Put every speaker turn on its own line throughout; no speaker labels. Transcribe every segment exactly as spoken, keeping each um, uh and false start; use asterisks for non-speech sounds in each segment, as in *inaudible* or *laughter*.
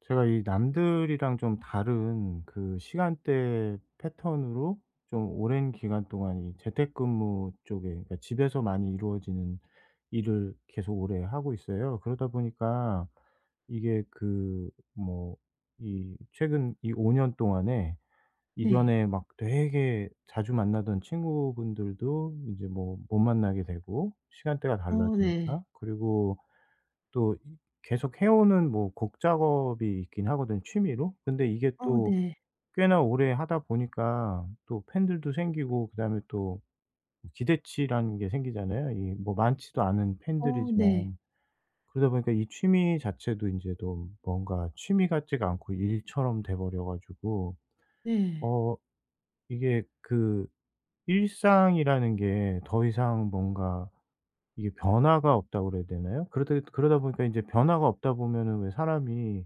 제가 이 남들이랑 좀 다른 그 시간대 패턴으로 좀 오랜 기간 동안 이 재택근무 쪽에, 그러니까 집에서 많이 이루어지는 일을 계속 오래 하고 있어요. 그러다 보니까 이게 그 뭐 이 최근 이 오 년 동안에
네.
이전에 막 되게 자주 만나던 친구분들도 이제 뭐 못 만나게 되고 시간대가
어 네.
달라지니까. 그리고 또 이 계속 해오는 뭐 곡 작업이 있긴 하거든요, 취미로. 근데 이게
어
또
네.
꽤나 오래 하다 보니까 또 팬들도 생기고 그다음에 또 기대치라는 게 생기잖아요. 이 뭐 많지도 않은
어 네.
팬들이지만. 그러다 보니까 이 취미 자체도 이제 또 뭔가 취미 같지가 않고 일처럼 돼 버려 가지고
네.
어 이게 그 일상이라는 게 더 이상 뭔가 이게 변화가 없다고 그래야 되나요? 그러다 그러다 보니까 이제 변화가 없다 보면은 왜 사람이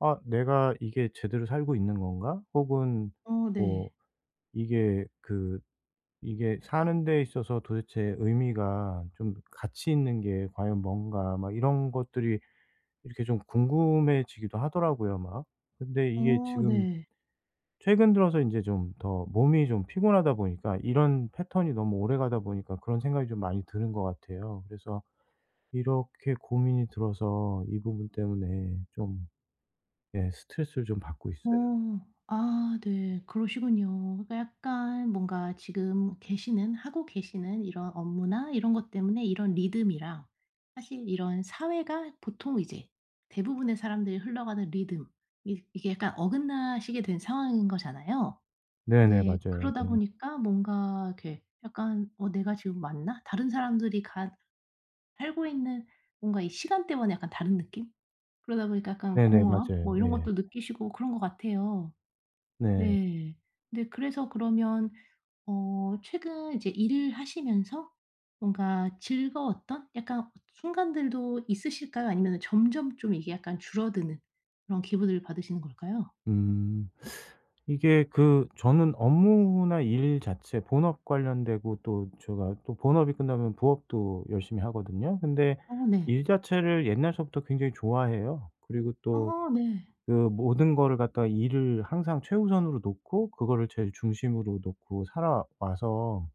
'아, 내가 이게 제대로 살고 있는 건가?' 혹은
어
뭐
네.
이게 그 이게 사는 데 있어서 도대체 의미가 좀, 가치 있는 게 과연 뭔가 막 이런 것들이 이렇게 좀 궁금해지기도 하더라고요 막. 근데 이게
어
지금
네.
최근 들어서 이제 좀 더 몸이 좀 피곤하다 보니까, 이런 패턴이 너무 오래가다 보니까 그런 생각이 좀 많이 드는 것 같아요. 그래서 이렇게 고민이 들어서 이 부분 때문에 좀, 예, 스트레스를 좀 받고 있어요.
어. 아 네, 그러시군요. 그러니까 약간 뭔가 지금 계시는 하고 계시는 이런 업무나 이런 것 때문에 이런 리듬이랑 사실 이런 사회가 보통 이제 대부분의 사람들이 흘러가는 리듬, 이 이게 약간 어긋나시게 된 상황인 거잖아요.
네네,
네.
맞아요.
그러다
예.
보니까 뭔가 이렇게 약간 '어 내가 지금 맞나? 다른 사람들이 가 살고 있는 뭔가 이 시간대와는 약간 다른 느낌?' 그러다 보니까 약간
네네,
공허함
맞아요.
뭐 이런
예.
것도 느끼시고 그런 것 같아요.
네.
네. 근데 그래서 그러면 어 최근 이제 일을 하시면서 뭔가 즐거웠던 약간 순간들도 있으실까요? 아니면 점점 좀 이게 약간 줄어드는 그런 기분을 받으시는 걸까요?
음. 이게 그 저는 업무나 일 자체, 본업 관련되고 또 제가 또 본업이 끝나면 부업도 열심히 하거든요. 근데
어 네.
일 자체를 옛날서부터 굉장히 좋아해요. 그리고 또
어 네.
그 모든 거를 갖다가 일을 항상 최우선으로 놓고 그거를 제일 중심으로 놓고 살아와서,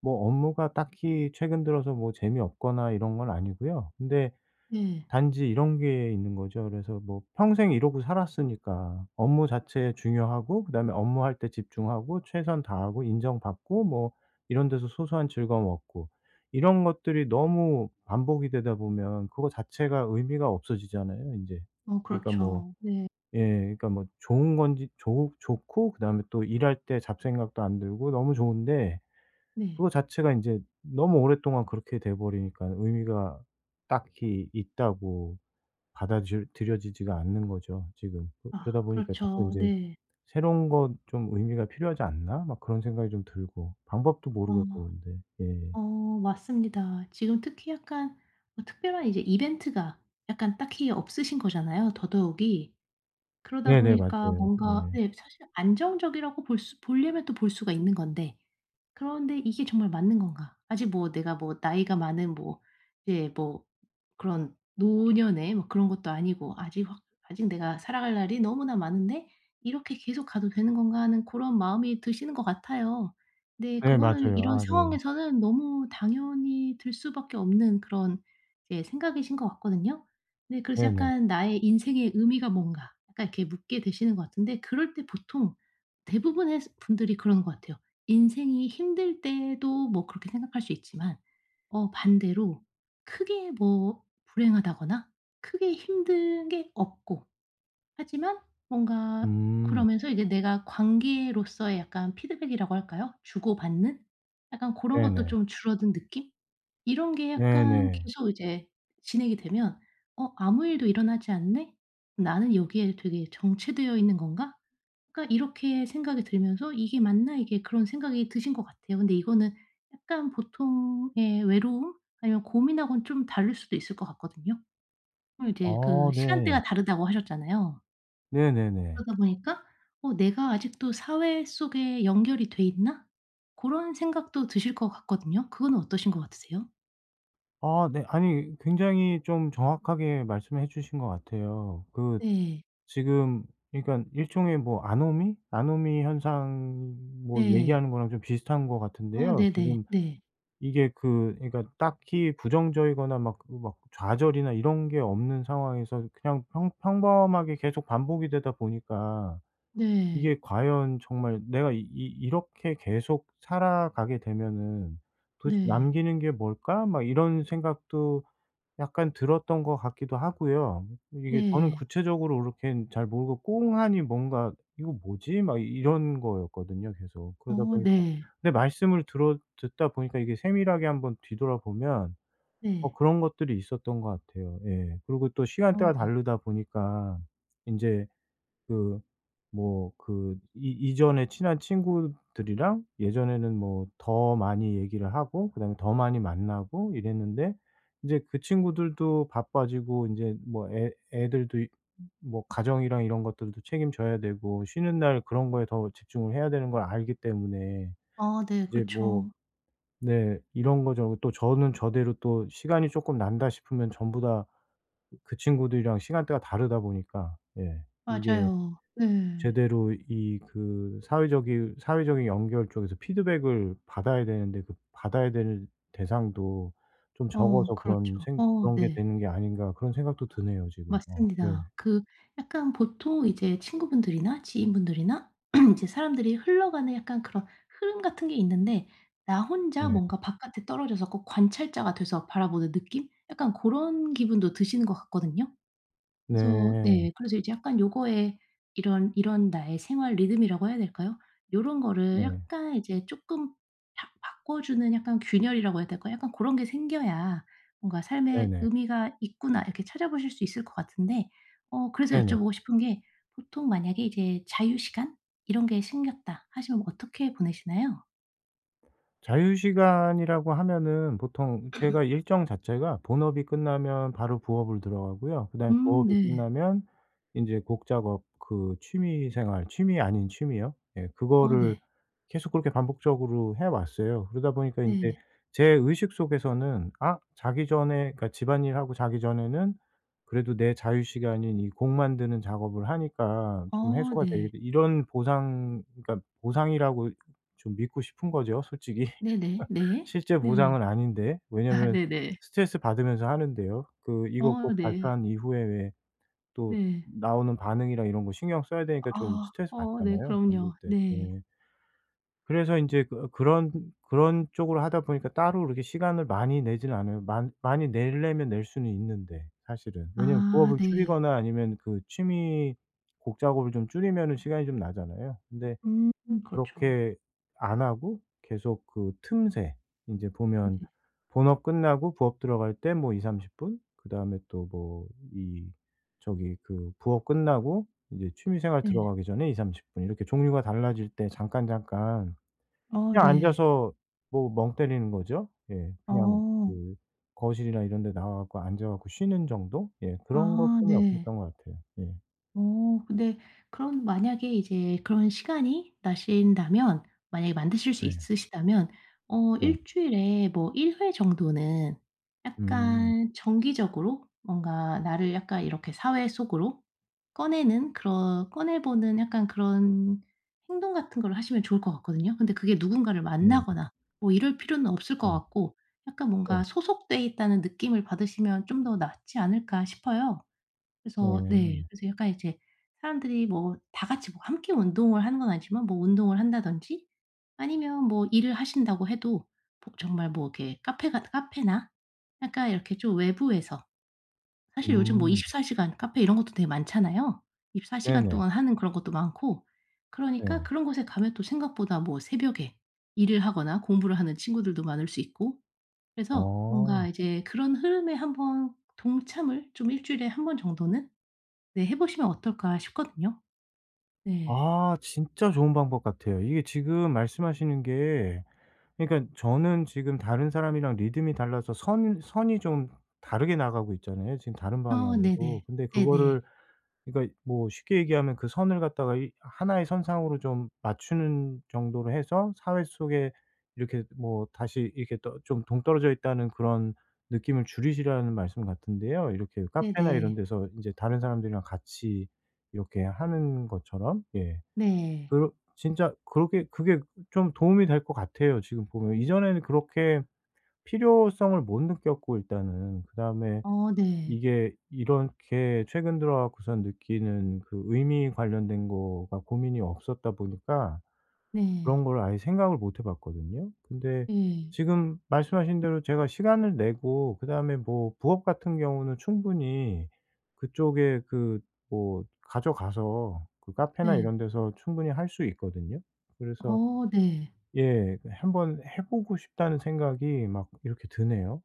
뭐 업무가 딱히 최근 들어서 뭐 재미없거나 이런 건 아니고요. 근데
네.
단지 이런 게 있는 거죠. 그래서 뭐 평생 이러고 살았으니까 업무 자체 중요하고 그다음에 업무할 때 집중하고 최선 다하고 인정받고, 뭐 이런 데서 소소한 즐거움 얻고, 이런 것들이 너무 반복이 되다 보면 그거 자체가 의미가 없어지잖아요 인제.
어
그러니까 뭐,
그렇죠. 네.
예, 그러니까 뭐 좋은 건지 좋 좋고 그다음에 또 일할 때 잡생각도 안 들고 너무 좋은데,
네.
그거 자체가 인제 너무 오랫동안 그렇게 돼 버리니까 의미가 딱히 있다고 받아들 들여지지가 않는 거죠 지금. 그
아
그러다 보니까 자꾸
그렇죠.
인제
네.
'새로운 거 좀, 의미가 필요하지 않나?' 막 그런 생각이 좀 들고 방법도
어.
모르겠고 근데. 예.
어 맞습니다. 지금 특히 약간 뭐 특별한 이제 이벤트가 약간 딱히 없으신 거잖아요, 더더욱이. 그러다
네네,
보니까
맞아요.
뭔가
네.
네, 사실 안정적이라고 볼 수 보려면 또 볼 수가 있는 건데, 그런데 이게 정말 맞는 건가? 아직 뭐 내가 뭐 나이가 많은, 뭐 이제 뭐 그런 노년의 뭐 그런 것도 아니고, 아직 확 아직 내가 살아갈 날이 너무나 많은데 '이렇게 계속 가도 되는 건가.' 하는 그런 마음이 드시는 것 같아요. 근데
네,
그거는
맞아요.
이런
아, 예.
상황에서는 너무 당연히 들 수밖에 없는 그런 이제 생각이신 것 같거든요. 네, 그래서
네네.
약간 '나의 인생의 의미가 뭔가.' 약간 이렇게 묻게 되시는 것 같은데, 그럴 때 보통 대부분의 분들이 그러는 것 같아요. 인생이 힘들 때도 뭐 그렇게 생각할 수 있지만, 어 반대로 크게 뭐 불행하다거나 크게 힘든 게 없고, 하지만 뭔가
음.
그러면서 이제 내가 관계로서의 약간 피드백이라고 할까요? 주고받는 약간 고런 것도
네네.
좀 줄어든 느낌? 이런 게 약간
네네.
계속 이제 진행이 되면 '어 아무 일도 일어나지 않네? 나는 여기에 되게 정체되어 있는 건가?' 그러니까 이렇게 생각이 들면서 '이게 맞나 이게?' 그런 생각이 드신 것 같아요. 근데 이거는 약간 보통의 외로움 아니면 고민하고는 좀 다를 수도 있을 것 같거든요. 그럼 이제
아
그
네.
시간대가 다르다고 하셨잖아요.
네네네.
그러다 보니까 '어 내가 아직도 사회 속에 연결이 돼 있나?' 고런 생각도 드실 것 같거든요. 그거는 어떠신 것 같으세요?
아 네. 아니, 굉장히 좀 정확하게 말씀해 주신 것 같아요. 그
네.
지금 그러니까 일종의 뭐 아노미? 아노미 현상 뭐
네.
얘기하는 거랑 좀 비슷한 것
어
같은데요.
네네.
지금
네.
이게 그 그러니까 딱히 부정적이거나 막 그 막 좌절이나 이런 게 없는 상황에서 그냥 평 평범하게 계속 반복이 되다 보니까,
네.
이게 과연 정말 내가 이 이 '이렇게 계속 살아가게 되면은
네.
도대체
네.
남기는 게 뭘까?' 막 이런 생각도 약간 들었던 것 같기도 하고요. 이게 저는
네.
구체적으로 이렇게 잘 모르고 꽁하니 뭔가 '이거 뭐지?' 막 이런 거였거든요 계속. 그러다
어
보니까.
네.
근데 말씀을 들어 듣다 보니까 이게 세밀하게 한번 뒤돌아보면 어
네.
그런 것들이 있었던 것 같아요. 예. 그리고 또
어
시간대가
네.
다르다 보니까 인제 그 뭐 그 이 이전에 친한 친구들이랑 예전에는 뭐 더 많이 얘기를 하고 그다음에 더 많이 만나고 이랬는데, 인제 그 친구들도 바빠지고 인제 뭐 애 애들도 이 뭐 가정이랑 이런 것들도 책임져야 되고 쉬는 날 그런 거에 더 집중을 해야 되는 걸 알기 때문에
아 네,
이제 뭐,
그쵸.
네, 이런 거 저런 거 또 저는 저대로 또 시간이 쪼끔 난다 싶으면 전부 다 그 친구들이랑 시간대가 다르다 보니까, 예, 이게
맞아요. 네.
제대로 이 그 사회적인 사회적인 연결 쪽에서 피드백을 받아야 되는데 그 받아야 될 대상도 좀
어
적어서 그런
그렇죠.
생
어
그런 게
네.
되는 게 아닌가, 그런 생각도 드네요 지금. 어 네.
맞습니다. 그 약간 보통 이제 친구분들이나 지인분들이나 *clears throat* 이제 사람들이 흘러가는 약간 그런 흐름 같은 게 있는데, 나 혼자
네.
뭔가 바깥에 떨어져서 꼭 관찰자가 돼서 바라보는 느낌? 약간 그런 기분도 드시는 것 같거든요. 그래서
네.
네, 그래서 이제 약간 요거에 이런 이런 나의 생활 리듬이라고 해야 될까요? 요런 거를
네.
약간 이제 조금 바 바꿔 주는 약간 균열이라고 해야 될까요? 약간 그런 게 생겨야 뭔가 '삶에
네네.
의미가 있구나.' 이렇게 찾아보실 수 있을 것 같은데, 어 그래서
네네.
여쭤보고 싶은 게 보통 만약에 이제 자유 시간 이런 게 생겼다 하시면 어떻게 보내시나요?
자유시간이라고 하면은 보통 제가 일정 자체가 본업이 끝나면 바로 부업을 들어가고요. 그다음에
음
부업이
네.
끝나면 인제 곡 작업, 그 취미 생활, 취미 아닌 취미요. 예,
어
그거를
네.
계속 그렇게 반복적으로 해 왔어요. 그러다 보니까 인제
네.
제 의식 속에서는 '아, 자기 전에', 그러니까 집안일하고 자기 전에는 '그래도 내 자유시간인 이 곡 만드는 작업을 하니까 좀
어
해소가 되겠다.'
네.
이런 보상, 그러니까 보상이라고 좀 믿고 싶은 거죠 솔직히.
네네. 네.
실제
네.
보상은 아닌데,
아
왜냐면
네네.
스트레스 받으면서 하는데요. 그 이거
어
곡
네.
발표한 이후에 왜 또
네.
나오는 반응이랑 이런 거 신경 써야 되니까 좀
아.
스트레스
어 네.
받잖아요, 만들
그럼요.
때.
네.
예. 그래서 인제 그 그런 그런 쪽으로 하다 보니까 따로 그렇게 시간을 많이 내지는 않아요. 많 많이 내려면 낼 수는 있는데 사실은. 왜냐면
아
부업을
네.
줄이거나 아니면 그 취미 곡 작업을 좀 줄이면은 시간이 좀 나잖아요. 근데
음 그렇죠.
그렇게 안 하고 계속 그 틈새 인제 보면
네네.
본업 끝나고 부업 들어갈 때 뭐이삼3 십 분, 그다음에 또 뭐 이 저기 그 부업 끝나고 이제 취미생활
네.
들어가기 전에 이삼3 십 분, 이렇게 종류가 달라질 때 잠깐, 잠깐
어
그냥
네.
앉아서 뭐 멍 때리는 거죠. 예. 그냥
어.
그 거실이나 이런 데 나와 갖고 앉아 갖고 쉬는 정도? 예. 그런
아
것뿐이
네.
없었던 것 같아요. 예.
어 근데 그럼 만약에 이제 그런 시간이 나신다면, 만약에 만드실 수
네.
있으시다면 어
네.
일 주일에 뭐 일 회 정도는
음.
약간 정기적으로 뭔가 나를 약간 이렇게 사회 속으로 꺼내는, 그런 꺼내 보는 약간 그런 행동 같은 걸 하시면 좋을 것 같거든요. 근데 그게 누군가를
네.
만나거나 뭐 이럴 필요는 없을
네.
것 같고, 약간
네.
뭔가 '소속돼 있다는 느낌을 받으시면 좀 더 낫지 않을까?' 싶어요. 그래서
네.
네, 그래서 약간 이제 사람들이 뭐 다 같이 뭐 함께 운동을 하는 건 아니지만 뭐 운동을 한다든지, 아니면 뭐 일을 하신다고 해도 보 정말 뭐 이렇게 카페 가 카페나 약간 이렇게 좀 외부에서, 사실 요즘 뭐
음.
이십사 시간 카페 이런 것도 되게 많잖아요. 이십사 시간
네네.
동안 하는 그런 것도 많고, 그러니까
네.
그런 곳에 가면 또 생각보다 뭐 새벽에 일을 하거나 공부를 하는 친구들도 많을 수 있고, 그래서
어.
뭔가 이제 그런 흐름에 한번 동참을 좀 일 주일에 한 번 정도는 네, 해 보시면 어떨까 싶거든요. 네.
아, 진짜 좋은 방법 같아요. 이게 지금 말씀하시는 게, 그러니까 저는 지금 다른 사람이랑 리듬이 달라서 선 선이 좀 다르게 나가고 있잖아요, 지금 다른
어
방향으로.
네네.
근데
네네.
그거를 그러니까 뭐 쉽게 얘기하면 그 선을 갖다가 이 하나의 선상으로 좀 맞추는 정도로 해서 사회 속에 이렇게 뭐 다시 이렇게 떠 좀 동떨어져 있다는 그런 느낌을 줄이시라는 말씀 같은데요. 이렇게 카페나 이런
네네.
데서 인제 다른 사람들이랑 같이 이렇게 하는 것처럼. 예.
네.
그러 진짜 그렇게, 그게 좀 도움이 될 것 같아요 지금 보면. 이전에는 그렇게 필요성을 못 느꼈고 일단은 그다음에
어 네.
이게 이렇게 최근 들어 갖고선 느끼는 그 의미 관련된 거가 고민이 없었다 보니까 그런
네.
걸 아예 생각을 못 해 봤거든요. 근데
예.
지금 말씀하신 대로 제가 시간을 내고 그다음에 뭐 부업 같은 경우는 충분히 그쪽에 그 뭐 가져가서 그 카페나
네.
이런 데서 충분히 할 수 있거든요. 그래서
어 네.
예 그 '한번 해 보고 싶다.'는 생각이 막 이렇게 드네요.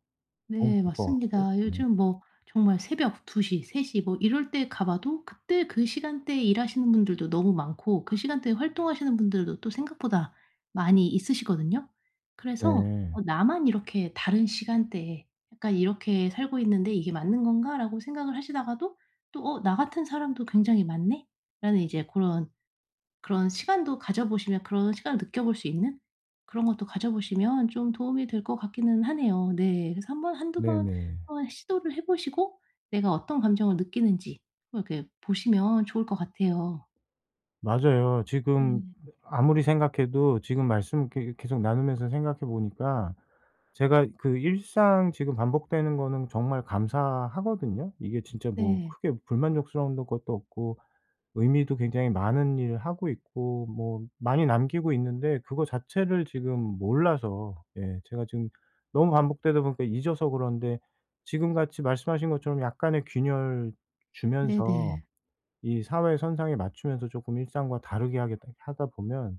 너무
네,
될 것 같고.
맞습니다.
네.
요즘 뭐 정말 새벽 두 시영 세 뭐 이럴 때 가 봐도 그때 그 시간대에 일하시는 분들도 너무 많고, 그 시간대에 활동하시는 분들도 또 생각보다 많이 있으시거든요. 그래서
네.
어 '나만 이렇게 다른 시간대에 약간 이렇게 살고 있는데 이게 맞는 건가?'라고 생각을 하시다가도 또 '어 나 같은 사람도 굉장히 많네.'라는 이제 그런 그런 시간도 가져보시면, 그런 시간을 느껴볼 수 있는 그런 것도 가져보시면 좀 도움이 될 것 같기는 하네요. 네. 그래서 한번 한두 번
네네.
한번 시도를 해 보시고 내가 어떤 감정을 느끼는지 한번 이렇게 보시면 좋을 것 같아요.
맞아요. 지금
네.
아무리 생각해도 지금 말씀 이렇게 계속 나누면서 생각해 보니까, 제가 그 일상 지금 반복되는 거는 정말 감사하거든요. 이게 진짜 뭐
네.
크게 불만족스러운 것도 없고 의미도 굉장히 많은 일을 하고 있고 뭐 많이 남기고 있는데 그거 자체를 지금 몰라서, 예, 제가 지금 너무 반복되다 보니까 잊어서 그런데, 지금같이 말씀하신 것처럼 약간의 균열 주면서
네네.
이 사회 선상에 맞추면서 조금 일상과 다르게 하겠다 하다 보면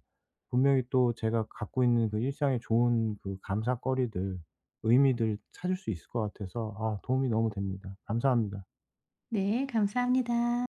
분명히 또 제가 갖고 있는 그 일상의 좋은 그 감사거리들, 의미들 찾을 수 있을 것 같아서, 아, 도움이 너무 됩니다. 감사합니다.
네. 감사합니다.